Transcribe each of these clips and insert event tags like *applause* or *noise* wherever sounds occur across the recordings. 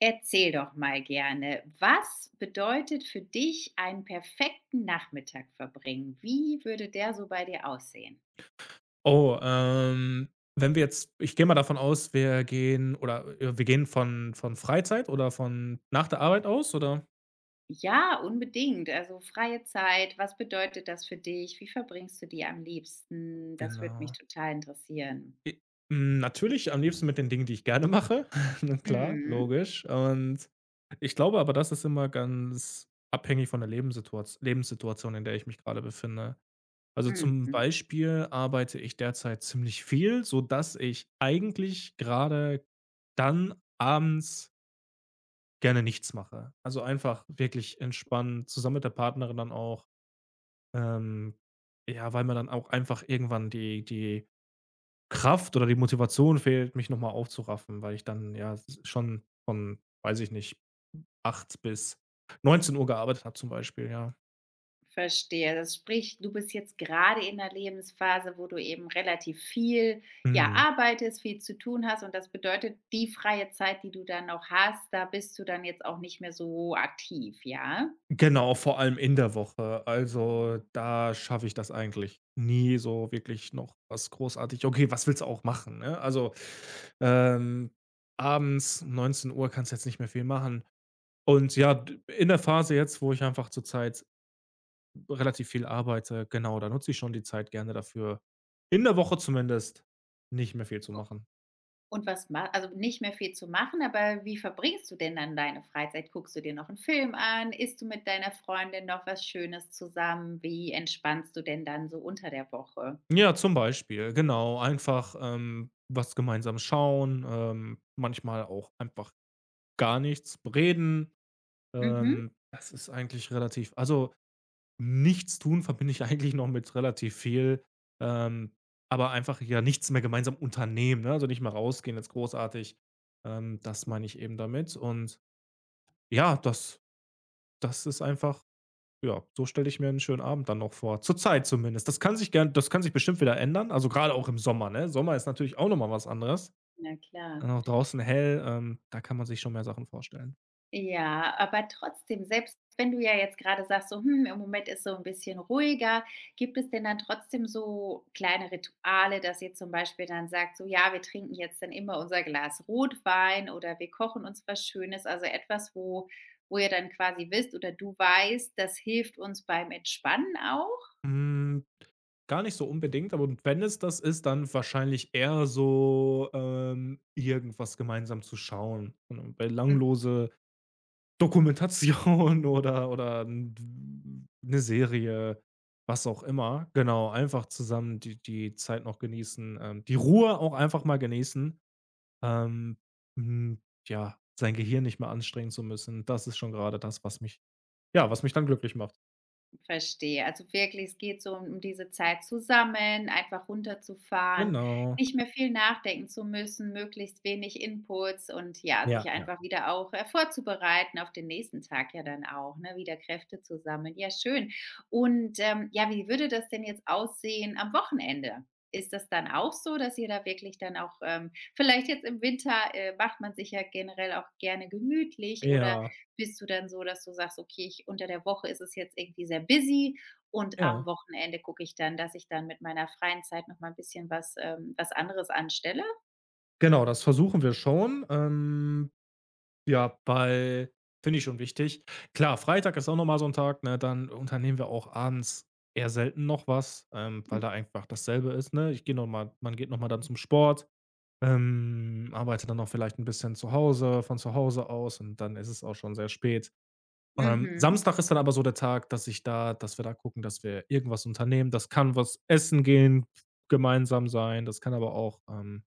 Erzähl doch mal gerne, was bedeutet für dich einen perfekten Nachmittag verbringen? Wie würde der so bei dir aussehen? Oh, wenn wir jetzt ich gehe mal davon aus, wir gehen von Freizeit oder von nach der Arbeit aus, oder? Ja, unbedingt. Also freie Zeit, was bedeutet das für dich? Wie verbringst du die am liebsten? Das würde mich Genau. total interessieren. I Natürlich am liebsten mit den Dingen, die ich gerne mache. *laughs* Na klar, Mhm. logisch. Und ich glaube aber, das ist immer ganz abhängig von der Lebenssituaz Lebenssituation, in der ich mich gerade befinde. Also, zum Mhm. Beispiel arbeite ich derzeit ziemlich viel, sodass ich eigentlich gerade dann abends gerne nichts mache. Also, einfach wirklich entspannen, zusammen mit der Partnerin dann auch. Ähm, ja, weil mir dann auch einfach irgendwann die Kraft oder die Motivation fehlt, mich noch mal aufzuraffen, weil ich dann ja s schon von, weiß ich nicht, 8 bis 19 Uhr gearbeitet habe zum Beispiel, ja. Verstehe. Das sprich, du bist jetzt gerade in der Lebensphase, wo du eben relativ viel, ja, Mhm. arbeitest, viel zu tun hast und das bedeutet, die freie Zeit, die du dann noch hast, da bist du dann jetzt auch nicht mehr so aktiv, ja? Genau, vor allem in der Woche. Also, da schaffe ich das eigentlich nie so wirklich noch was großartig okay, was willst du auch machen, ne? Also, ähm, abends um Uhr kannst du jetzt nicht mehr viel machen. Und ja, d in der Phase jetzt, wo ich einfach zurzeit relativ viel arbeite, genau, da nutze ich schon die Zeit gerne dafür, in der Woche zumindest nicht mehr viel zu machen. Und was machst also, nicht mehr viel zu machen, aber wie verbringst du denn dann deine Freizeit? Guckst du dir noch einen Film an? Isst du mit deiner Freundin noch was Schönes zusammen? Wie entspannst du denn dann so unter der Woche? Ja, zum Beispiel, genau. Einfach, was gemeinsam schauen, manchmal auch einfach gar nichts, reden. Mhm, Das ist eigentlich relativ also, nichts tun verbinde ich *laughs* eigentlich noch mit relativ viel, ähm, aber einfach ja nichts mehr gemeinsam unternehmen, ne? Also, nicht mal rausgehen jetzt großartig. Das meine ich eben damit und ja, das ist einfach ja, so stelle ich mir einen schönen Abend dann noch vor. Zurzeit zumindest. Das kann sich bestimmt wieder ändern, also, gerade auch im Sommer, ne? Sommer ist natürlich auch noch mal was anderes. na klar. Dann auch draußen hell, da kann man sich schon mehr Sachen vorstellen. Ja, aber trotzdem, selbst wenn du ja jetzt gerade sagst, so: „Hm, im Moment ist so ein bisschen ruhiger“, gibt es denn dann trotzdem so kleine Rituale, dass ihr zum Beispiel dann sagt, so: „Ja, wir trinken jetzt dann immer unser Glas Rotwein“ oder „wir kochen uns was Schönes“, also etwas, wo ihr dann quasi wisst oder du weißt, das hilft uns beim Entspannen auch? Hm Gar nicht so unbedingt, aber wenn es das ist, dann wahrscheinlich eher so, irgendwas gemeinsam zu schauen. Eine Mhm. belanglose Dokumentation *laughs* oder 'n w 'ne Serie, was auch immer. Genau, einfach zusammen die Zeit noch genießen, die Ruhe auch einfach mal genießen, ähm, hm, ja, sein Gehirn nicht mehr anstrengen zu müssen. Das ist schon gerade das, was mich ja, was mich dann glücklich macht. Verstehe. Also wirklich, es geht so um diese Zeit zusammen, einfach runterzufahren, Genau. nicht mehr viel nachdenken zu müssen, möglichst wenig Inputs und ja, Ja, sich ja. einfach wieder auch vorzubereiten auf den nächsten Tag ja dann auch, ne? Wieder Kräfte zu sammeln. Ja, schön. Und ja, wie würde das denn jetzt aussehen am Wochenende? Ist das dann auch so, dass ihr da wirklich dann auch, vielleicht jetzt im Winter macht man sich ja generell auch gerne gemütlich oder Ja, bist du dann so, dass du sagst: „Okay, ich unter der Woche ist es jetzt irgendwie sehr busy und am ja. Wochenende gucke ich dann, dass ich dann mit meiner freien Zeit noch mal ein bisschen was was anderes anstelle?“ Genau, das versuchen wir schon. Ja, weil finde ich schon wichtig. Klar, Freitag ist auch noch mal so ein Tag, ne, dann unternehmen wir auch abends eher selten noch was, weil M da einfach dasselbe ist, ne? Ich gehe noch mal Man geht noch mal dann zum Sport, arbeitet dann noch vielleicht ein bisschen zu Hause von zu Hause aus und dann ist es auch schon sehr spät. Mhm, Samstag ist dann aber so der Tag, dass wir da gucken, dass wir irgendwas unternehmen. Das kann was essen gehen, gemeinsam sein, das kann aber auch,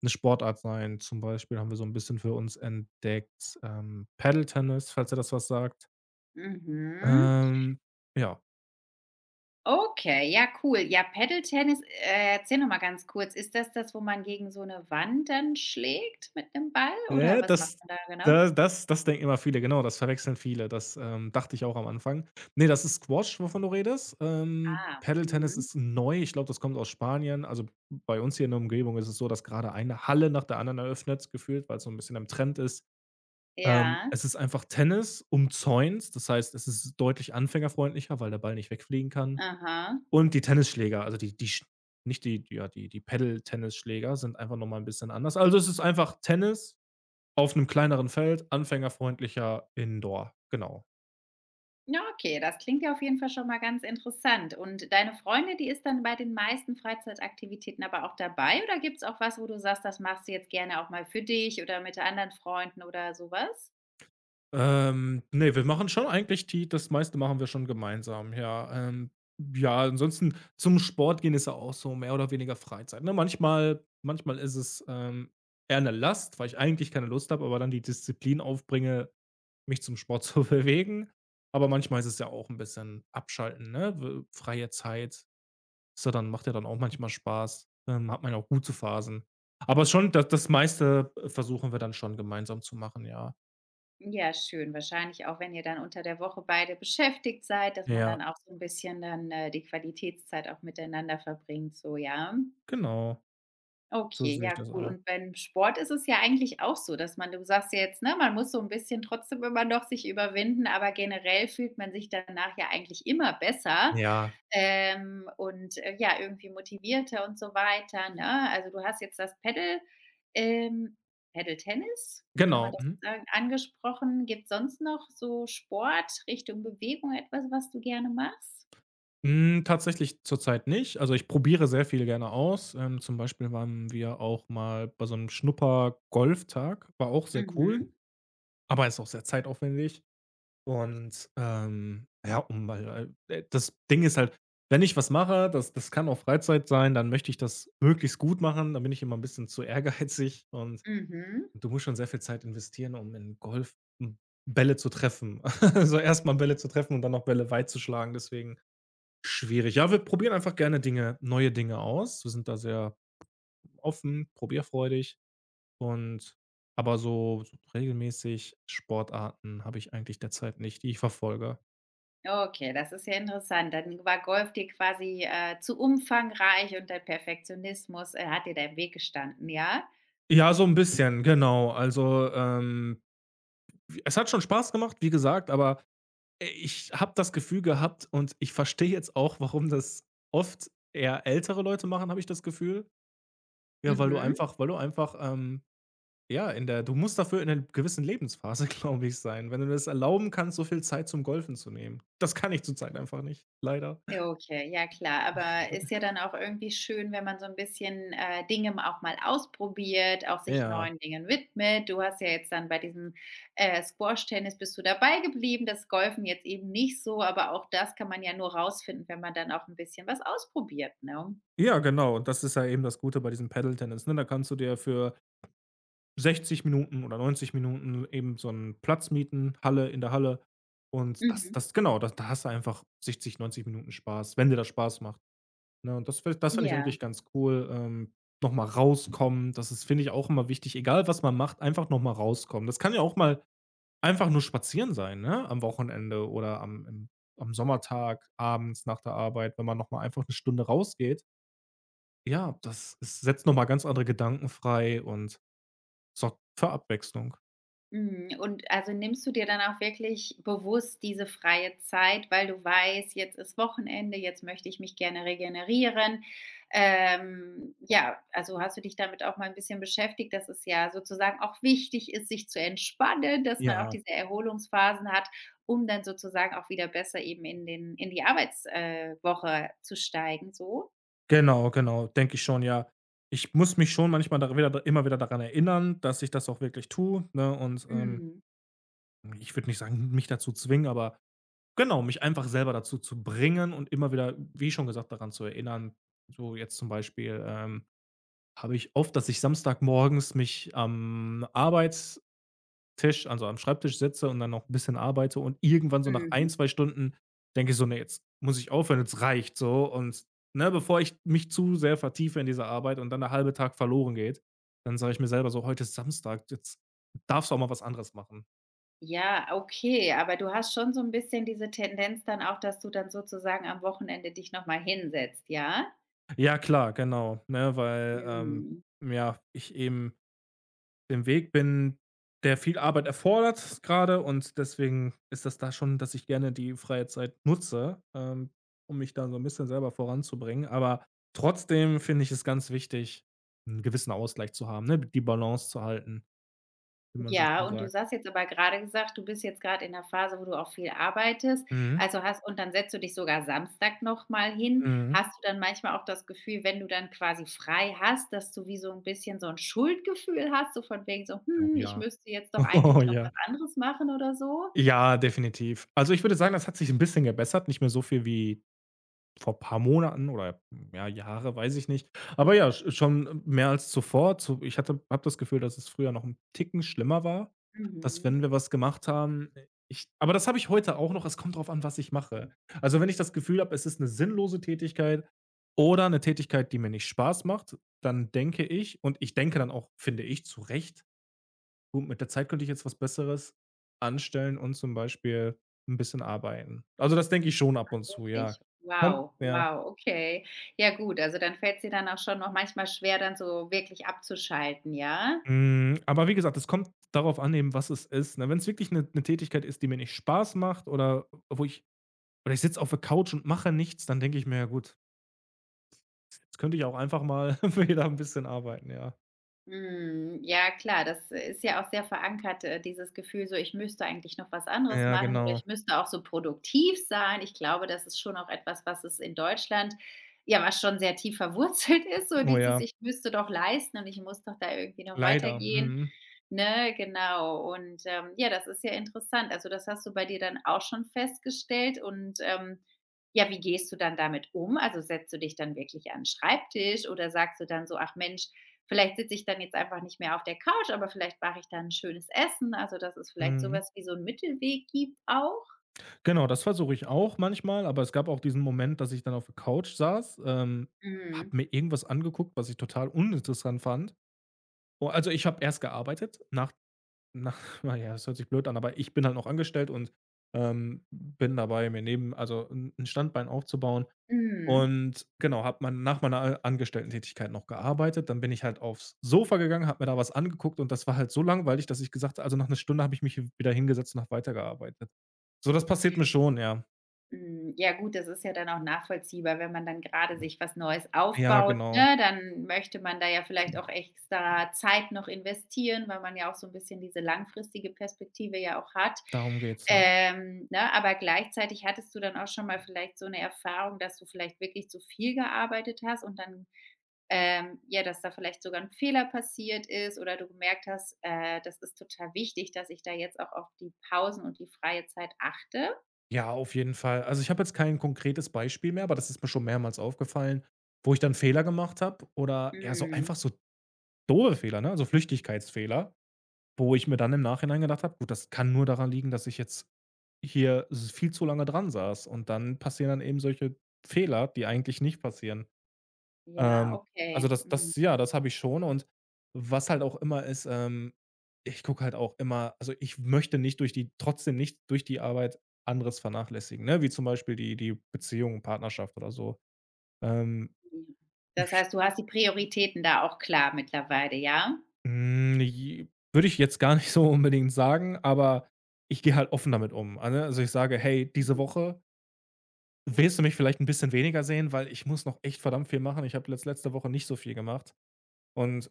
'ne Sportart sein. Zum Beispiel haben wir so 'n bisschen für uns entdeckt, Paddle-Tennis, falls dir das was sagt. mhm. Ähm, ja, Okay, ja cool. Ja, Paddletennis, erzähl noch mal ganz kurz, ist das das, wo man gegen so eine Wand dann schlägt mit 'nem Ball oder äh, was macht das man da genau? da das das denken immer viele, genau, das verwechseln viele. Das, dachte ich auch am Anfang. Ne, das ist Squash, wovon du redest. Ah, Paddle-Tennis mhm. ist neu. Ich glaube, das kommt aus Spanien. Also, bei uns hier in der Umgebung ist es so, dass grade eine Halle nach der anderen eröffnet, gefühlt, weil's so 'n bisschen im Trend ist. Ähm, Ja, es ist einfach Tennis umzäunt. Das heißt, es ist deutlich anfängerfreundlicher, weil der Ball nicht wegfliegen kann. aha. Und die Tennisschläger, also die die sch nicht die die ja, die die Paddle-Tennisschläger sind einfach noch mal 'n bisschen anders. Also, es ist einfach Tennis auf einem kleineren Feld, anfängerfreundlicher Indoor, genau. Ja, okay, das klingt ja auf jeden Fall schon mal ganz interessant. Und deine Freundin, die ist dann bei den meisten Freizeitaktivitäten aber auch dabei oder gibt's auch was, wo du sagst, das machst du jetzt gerne auch mal für dich oder mit anderen Freunden oder sowas? Ne, wir machen schon eigentlich die das meiste machen wir schon gemeinsam, ja. Ja, ansonsten zum Sport gehen ist ja auch so mehr oder weniger Freizeit, ne? Manchmal ist es, eher eine Last, weil ich eigentlich keine Lust habe, aber dann die Disziplin aufbringe, mich zum Sport *laughs* zu bewegen. Aber manchmal ist es ja auch ein bisschen abschalten, ne? W Freie Zeit ist ja dann macht ja dann auch manchmal Spaß. Hat man ja auch gute Phasen. Aber schon das, das meiste versuchen wir dann schon gemeinsam zu machen, ja. Ja, schön. Wahrscheinlich auch, wenn ihr dann unter der Woche beide beschäftigt seid, dass man Ja, dann auch so ein bisschen dann, die Qualitätszeit auch miteinander verbringt, so, ja? genau. So Okay, sehe ich ja das cool. auch. Und beim Sport ist es ja eigentlich auch so, dass man du sagst ja jetzt, ne, man muss so ein bisschen trotzdem immer noch sich überwinden, aber generell fühlt man sich danach ja eigentlich immer besser, Ja. Und, ja, irgendwie motivierter und so weiter, ne? Also, du hast jetzt das Paddel ähm, Paddle-Tennis, wie kann man Genau, das so mhm. sagen, angesprochen. Gibt es sonst noch so Sport Richtung Bewegung etwas, was du gerne machst? Tatsächlich zurzeit nicht. Also, ich probiere sehr viel gerne aus. Zum Beispiel waren wir auch mal bei so einem Schnupper-Golftag, war auch sehr cool, Mhm, aber ist auch sehr zeitaufwendig und, ja, um weil, das Ding ist halt, wenn ich was mache, das kann auch Freizeit sein, dann möchte ich das möglichst gut machen. Dann bin ich immer ein bisschen zu ehrgeizig und mhm. Und Du musst schon sehr viel Zeit investieren, um in Golf, hm, Bälle zu treffen. *laughs* Also, erst mal Bälle zu treffen und dann noch Bälle weit zu schlagen, deswegen schwierig. Ja, wir probieren einfach gerne Dinge neue Dinge aus. Wir sind da sehr offen, probierfreudig und aber so regelmäßig Sportarten habe ich eigentlich derzeit nicht, die ich verfolge. Okay, das ist ja interessant. Dann war Golf dir quasi, zu umfangreich und dein Perfektionismus, hat dir da im Weg gestanden, ja? Ja, so ein bisschen, genau. Also, Es hat schon Spaß gemacht, wie gesagt, aber ich habe das Gefühl gehabt und ich verstehe jetzt auch, warum das oft eher ältere Leute machen, habe ich das Gefühl. Ja, Mhm. Weil du einfach, ja, in der du musst dafür in einer gewissen Lebensphase, *laughs* glaube ich, sein, wenn du das erlauben kannst, so viel Zeit zum Golfen zu nehmen. Das kann ich zurzeit einfach nicht, leider. Ja, okay, ja klar. Aber ist ja dann auch irgendwie schön, wenn man so ein bisschen, Dinge auch mal ausprobiert, auch sich Ja. neuen Dingen widmet. Du hast ja jetzt dann bei diesem, Squash-Tennis bist du dabei geblieben, das Golfen jetzt eben nicht so, aber auch das kann man ja nur rausfinden, wenn man dann auch ein bisschen was ausprobiert, ne? Ja, genau, und das ist ja eben das Gute bei diesem Paddle-Tennis, ne? Da kannst du dir für 60 Minuten oder 90 Minuten eben so einen Platz mieten, Halle in der Halle. Und das Mhm. das genau, da hast du einfach 60 90 Minuten Spaß, wenn dir das Spaß macht, ne? Und das finde ich Ja. eigentlich ganz cool, noch mal rauskommen. Das ist, finde ich, auch immer wichtig, egal was man macht, einfach noch mal rauskommen. Das kann ja auch mal einfach nur spazieren sein, ne, am Wochenende oder am Sommertag, abends nach der Arbeit, wenn man noch mal einfach eine Stunde rausgeht. Ja, das es setzt noch mal ganz andere Gedanken frei und sorgt für Abwechslung. Mhm, und also nimmst du dir dann auch wirklich bewusst diese freie Zeit, weil du weißt, jetzt ist Wochenende, jetzt möchte ich mich gerne regenerieren. Ja, also hast du dich damit auch mal ein bisschen beschäftigt, dass es ja sozusagen auch wichtig ist, sich zu entspannen, dass man auch Ja. diese Erholungsphasen hat, um dann sozusagen auch wieder besser eben in den in die Arbeitswoche Woche zu steigen so? Genau, genau, denke ich schon, ja. Ich muss mich schon manchmal da wieder immer wieder daran erinnern, dass ich das auch wirklich tue, ne? Und, ähm, Mhm, ich würde nicht sagen, mich dazu zwingen, aber genau, mich einfach selber dazu zu bringen und immer wieder, wie schon gesagt, daran zu erinnern. So jetzt zum Beispiel, habe ich oft, dass ich samstagmorgens mich am Arbeits Tisch also am Schreibtisch sitze und dann noch ein bisschen arbeite und irgendwann so nach ein mhm. 2 Stunden denke ich so: „Ne, jetzt muss ich aufhören, jetzt reicht so.“ Und, ne, bevor ich mich zu sehr vertiefe in diese Arbeit und dann der halbe Tag verloren geht, dann sage ich mir selber so: „Heute ist Samstag, jetzt darfst du auch mal was anderes machen.“ Ja, okay, aber du hast schon so ein bisschen diese Tendenz dann auch, dass du dann sozusagen am Wochenende dich noch mal hinsetzt, ja? Ja klar, genau, ne, weil, Mhm. ja, ich eben dem Weg bin, der viel Arbeit erfordert gerade und deswegen ist das da schon, dass ich gerne die freie Zeit nutze, um mich da so ein bisschen selber voranzubringen. Aber trotzdem finde ich es ganz wichtig, einen gewissen Ausgleich zu haben, ne, die Balance zu halten, wie man so Ja, schön und du sagt. hast jetzt aber gerade gesagt, du bist jetzt gerade in der Phase, wo du auch viel arbeitest, Mhm, also hast und dann setzt du dich sogar Samstag noch mal hin. mhm. Hast du dann manchmal auch das Gefühl, wenn du dann quasi frei hast, dass du wie so ein bisschen so ein Schuldgefühl hast, so von wegen so: Oh „Hm, ich ja. müsste jetzt doch *laughs* Oh eigentlich noch ja. was anderes machen“ oder so? Ja, definitiv. Also, ich würde sagen, das hat sich ein bisschen gebessert, nicht mehr so viel wie vor ein paar Monaten oder ja, Jahre, weiß ich nicht. Aber ja, schon mehr als zuvor. Zu Ich hatte habe das Gefühl, dass es früher noch ein Ticken schlimmer war, dass Mhm. wenn wir was gemacht haben ich aber das habe ich heute auch noch, es kommt drauf an, was ich mache. Also, wenn ich das Gefühl habe, es ist eine sinnlose Tätigkeit oder eine Tätigkeit, die mir nicht Spaß macht, dann denke ich und ich denke dann auch, finde ich, zu Recht: „Gut, mit der Zeit könnte ich jetzt was Besseres anstellen und zum Beispiel ein bisschen arbeiten.“ Also, das denke ich schon ab und zu, ja. Wirklich? Kommt Wow, ja. wow, okay. Ja gut, also dann fällt's dir dann auch schon noch manchmal schwer, dann so wirklich abzuschalten, ja? Aber wie gesagt, es kommt darauf an eben, was es ist. Wenn es wirklich eine 'ne Tätigkeit ist, die mir nicht Spaß macht oder wo ich oder ich sitze auf der Couch und mache nichts, dann denke ich mir: „Ja gut, jetzt könnte ich auch einfach mal *laughs* wieder ein bisschen arbeiten“, ja. Mhm, ja klar, das ist ja auch sehr verankert, dieses Gefühl so: „Ich müsste eigentlich noch was anderes Ja, machen oder genau. ich müsste auch so produktiv sein.“ Ich glaube, das ist schon auch etwas, was es in Deutschland ja, was schon sehr tief verwurzelt *laughs* ist, so Oh dieses: ja, „Ich müsste doch leisten und ich muss doch da irgendwie noch leider. weitergehen.“ Mhm. Ne, genau. Und, ja, das ist ja interessant. Also, das hast du bei dir dann auch schon festgestellt und, ja, wie gehst du dann damit um? Also, setzt du dich dann wirklich an 'n Schreibtisch oder sagst du dann so: „Ach Mensch, vielleicht sitze ich dann jetzt einfach nicht mehr auf der Couch, aber vielleicht mache ich dann ein schönes Essen, also, dass es vielleicht Mhm. sowas wie so 'n Mittelweg gibt auch.“ Genau, das versuche ich auch manchmal, aber es gab auch diesen Moment, dass ich dann auf der Couch saß, habe Mhm. mir irgendwas angeguckt, was ich total uninteressant fand. Oh, also, ich habe erst gearbeitet nach Na, *laughs* na ja, das hört sich blöd an, aber ich bin halt noch angestellt und, bin dabei, mir neben also ein 'n Standbein aufzubauen. Mhm. Und genau, habe man nach meiner Angestellten-Tätigkeit noch gearbeitet. Dann bin ich halt aufs Sofa gegangen, habe mir da was angeguckt und das war halt so langweilig, dass ich gesagt habe, also nach einer Stunde habe ich mich hi wieder hingesetzt und habe weitergearbeitet. So, das passiert mir schon, ja. Mhm. Ja gut, das ist ja dann auch nachvollziehbar, wenn man dann grade sich was Neues Ja, aufbaut, genau. ne, dann möchte man da ja vielleicht auch extra Zeit noch investieren, weil man ja auch so 'n bisschen diese langfristige Perspektive ja auch hat. Darum geht's, ja. Ne, aber gleichzeitig hattest du dann auch schon mal vielleicht so 'ne Erfahrung, dass du vielleicht wirklich zu viel gearbeitet hast und dann ja, dass da vielleicht sogar ein Fehler passiert ist oder du gemerkt hast, das ist total wichtig, dass ich da jetzt auch auf die Pausen und die freie Zeit achte? Ja, auf jeden Fall. Also, ich habe jetzt kein konkretes Beispiel mehr, aber das ist mir schon mehrmals aufgefallen, wo ich dann Fehler gemacht habe oder ja, so Mhm. einfach so doofe Fehler, ne? Also Flüchtigkeitsfehler, wo ich mir dann im Nachhinein gedacht habe: „Gut, das kann nur daran liegen, dass ich jetzt hier s viel zu lange dran saß.“ Und dann passieren dann eben solche Fehler, die eigentlich nicht passieren. Ja, Ähm, also okay. das Mhm. das Ja, das habe ich schon und was halt auch immer ist, ich gucke halt auch immer also ich möchte nicht durch die trotzdem nicht durch die Arbeit anderes vernachlässigen, ne? Wie zum Beispiel die Beziehung, Partnerschaft oder so. Ähm Mhm. Das heißt, du hast die Prioritäten da auch klar mittlerweile, ja? Hm, j Würde ich jetzt gar nicht so *laughs* unbedingt sagen, aber ich gehe halt offen damit um. Ah, ne, also ich sage: „Hey, diese Mhm. Woche willst du mich vielleicht ein bisschen weniger sehen, weil ich muss noch echt verdammt viel machen. Ich habe letzte Woche nicht so viel gemacht.“ Und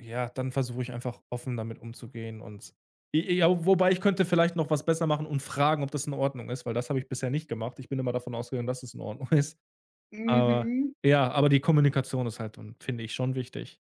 ja, dann versuche ich einfach offen damit umzugehen und j ja, wobei ich könnte vielleicht noch was besser machen und fragen, ob das in Ordnung ist, weil das habe ich bisher nicht gemacht. Ich bin immer davon ausgegangen, dass es in Ordnung *laughs* ist. Aber Mhm. ja, aber die Kommunikation ist halt dann, finde ich, schon wichtig.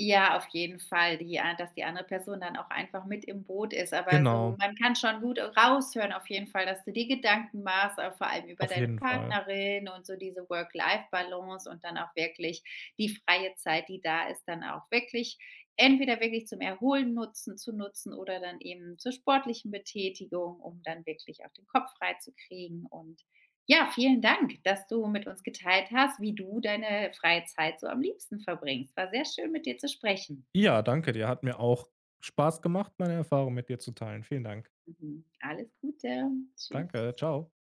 Ja, auf jeden Fall, die a dass die andere Person dann auch einfach mit im Boot ist. Aber so Genau, man kann schon gut raushören auf jeden Fall, dass du dir Gedanken machst, auch vor allem über auf deine jeden Fall. Partnerin und so diese Work-Life-Balance und dann auch wirklich die freie Zeit, die da ist, dann auch wirklich entweder wirklich zum Erholen nutzen zu nutzen oder dann eben zur sportlichen Betätigung, um dann wirklich auch den Kopf frei zu kriegen und ja, vielen Dank, dass du mit uns geteilt hast, wie du deine freie Zeit so am liebsten verbringst. War sehr schön, mit dir zu sprechen. Ja, danke dir. Hat mir auch Spaß gemacht, meine Erfahrung mit dir zu teilen. Vielen Dank. Mhm. Alles Gute. Tschüss. Danke, Ciao.